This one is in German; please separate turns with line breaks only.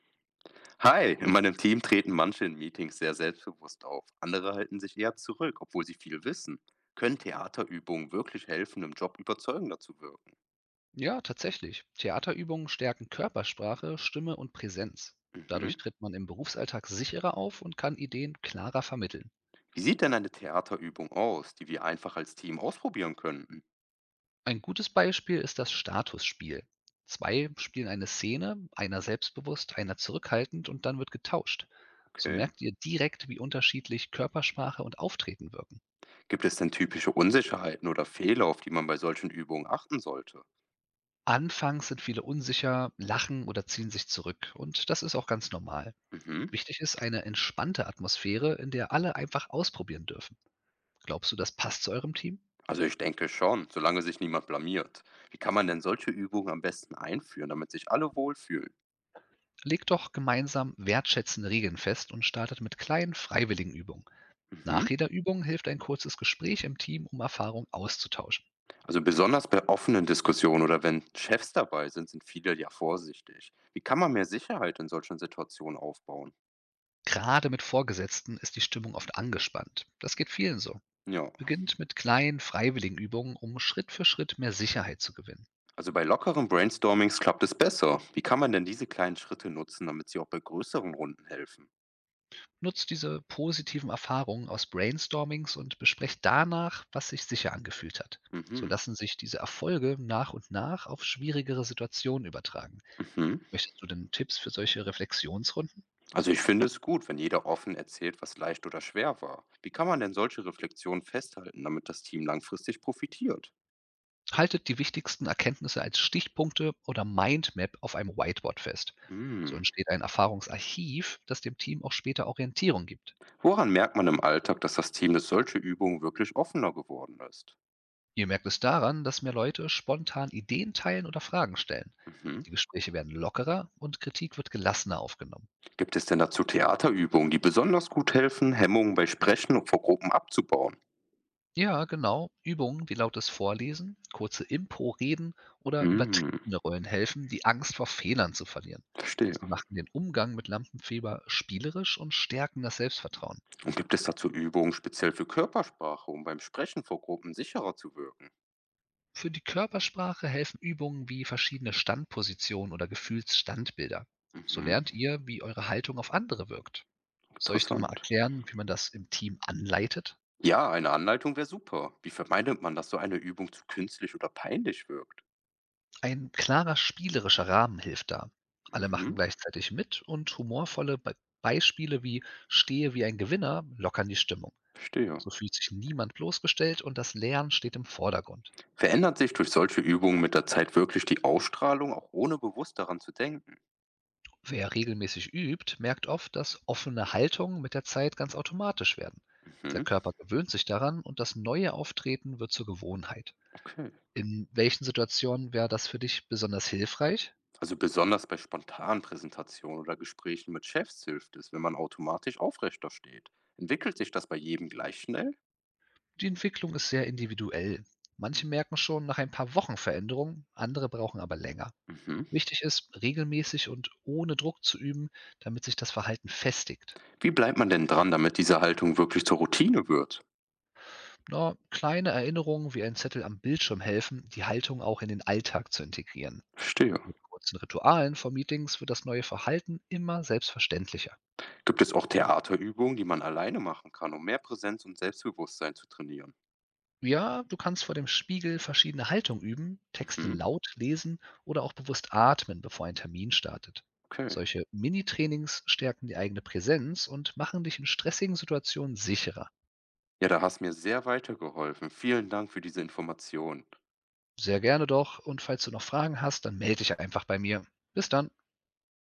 Hi, in meinem Team treten manche in Meetings sehr selbstbewusst auf, andere halten sich eher zurück, obwohl sie viel wissen. Können Theaterübungen wirklich helfen, im Job überzeugender zu wirken?
Ja, tatsächlich. Theaterübungen stärken Körpersprache, Stimme und Präsenz.
Mhm.
Dadurch tritt man im Berufsalltag sicherer auf und kann Ideen klarer vermitteln.
Wie sieht denn eine Theaterübung aus, die wir einfach als Team ausprobieren könnten?
Ein gutes Beispiel ist das Statusspiel. Zwei spielen eine Szene, einer selbstbewusst, einer zurückhaltend und dann wird getauscht. So
Okay.
merkt ihr direkt, wie unterschiedlich Körpersprache und Auftreten wirken.
Gibt es denn typische Unsicherheiten oder Fehler, auf die man bei solchen Übungen achten sollte?
Anfangs sind viele unsicher, lachen oder ziehen sich zurück und das ist auch ganz normal.
Mhm.
Wichtig ist eine entspannte Atmosphäre, in der alle einfach ausprobieren dürfen. Glaubst du, das passt zu eurem Team?
Also ich denke schon, solange sich niemand blamiert. Wie kann man denn solche Übungen am besten einführen, damit sich alle wohlfühlen?
Legt doch gemeinsam wertschätzende Regeln fest und startet mit kleinen freiwilligen Übungen.
Mhm.
Nach jeder Übung hilft ein kurzes Gespräch im Team, um Erfahrungen auszutauschen.
Also besonders bei offenen Diskussionen oder wenn Chefs dabei sind, sind viele ja vorsichtig. Wie kann man mehr Sicherheit in solchen Situationen aufbauen?
Gerade mit Vorgesetzten ist die Stimmung oft angespannt. Das geht vielen so.
Ja,
Beginnt mit kleinen freiwilligen Übungen, um Schritt für Schritt mehr Sicherheit zu gewinnen.
also bei lockeren Brainstormings klappt es besser. Wie kann man denn diese kleinen Schritte nutzen, damit sie auch bei größeren Runden helfen?
Nutzt diese positiven Erfahrungen aus Brainstormings und besprecht danach, was sich sicher angefühlt hat. So
Mhm,
lassen sich diese Erfolge nach und nach auf schwierigere Situationen übertragen.
mhm.
Möchtest du denn Tipps für solche Reflexionsrunden?
Also ich finde es gut, wenn jeder offen erzählt, was leicht oder schwer war. Wie kann man denn solche Reflexionen festhalten, damit das Team langfristig profitiert?
Haltet die wichtigsten Erkenntnisse als Stichpunkte oder Mindmap auf einem Whiteboard fest. So
Hm.
entsteht ein Erfahrungsarchiv, das dem Team auch später Orientierung gibt.
Woran merkt man im Alltag, dass das Team durch solche Übungen wirklich offener geworden ist?
Ihr merkt es daran, dass mehr Leute spontan Ideen teilen oder Fragen stellen.
Mhm.
Die Gespräche werden lockerer und Kritik wird gelassener aufgenommen.
Gibt es denn dazu Theaterübungen, die besonders gut helfen, Hemmungen bei Sprechen und vor Gruppen abzubauen?
Ja, genau. Übungen wie lautes Vorlesen, kurze Impro-Reden oder
Hm,
übertriebene Rollen helfen, die Angst vor Fehlern zu verlieren.
verstehe.
Sie machen den Umgang mit Lampenfieber spielerisch und stärken das Selbstvertrauen.
Und gibt es dazu Übungen speziell für Körpersprache, um beim Sprechen vor Gruppen sicherer zu wirken?
Für die Körpersprache helfen Übungen wie verschiedene Standpositionen oder Gefühlsstandbilder. So
Mhm,
lernt ihr, wie eure Haltung auf andere wirkt. Soll ich denn mal
interessant.
erklären, wie man das im Team anleitet?
Ja, eine Anleitung wäre super. Wie vermeidet man, dass so eine Übung zu künstlich oder peinlich wirkt?
Ein klarer spielerischer Rahmen hilft da. Alle machen
Mhm,
gleichzeitig mit und humorvolle Be Beispiele wie „Stehe wie ein Gewinner“ lockern die Stimmung.
verstehe.
So fühlt sich niemand bloßgestellt und das Lernen steht im Vordergrund.
Verändert sich durch solche Übungen mit der Zeit wirklich die Ausstrahlung, auch ohne bewusst daran zu denken?
Wer regelmäßig übt, merkt oft, dass offene Haltungen mit der Zeit ganz automatisch werden. Der
Mhm,
Körper gewöhnt sich daran und das neue Auftreten wird zur Gewohnheit.
okay.
In welchen Situationen wäre das für dich besonders hilfreich?
Also besonders bei spontanen Präsentationen oder Gesprächen mit Chefs hilft es, wenn man automatisch aufrechter steht. Entwickelt sich das bei jedem gleich schnell?
Die Entwicklung ist sehr individuell. Manche merken schon nach ein paar Wochen Veränderungen, andere brauchen aber länger.
Mhm.
Wichtig ist, regelmäßig und ohne Druck zu üben, damit sich das Verhalten festigt.
Wie bleibt man denn dran, damit diese Haltung wirklich zur Routine wird?
Na, kleine Erinnerungen wie ein Zettel am Bildschirm helfen, die Haltung auch in den Alltag zu integrieren.
Verstehe.
Mit kurzen Ritualen vor Meetings wird das neue Verhalten immer selbstverständlicher.
Gibt es auch Theaterübungen, die man alleine machen kann, um mehr Präsenz und Selbstbewusstsein zu trainieren?
Ja, du kannst vor dem Spiegel verschiedene Haltungen üben, Texte
Mhm.
laut lesen oder auch bewusst atmen, bevor ein Termin startet.
Okay.
Solche Mini-Trainings stärken die eigene Präsenz und machen dich in stressigen Situationen sicherer.
Ja, da hast mir sehr weitergeholfen. Vielen Dank für diese Information.
Sehr gerne doch und falls du noch Fragen hast, dann melde dich einfach bei mir. Bis dann.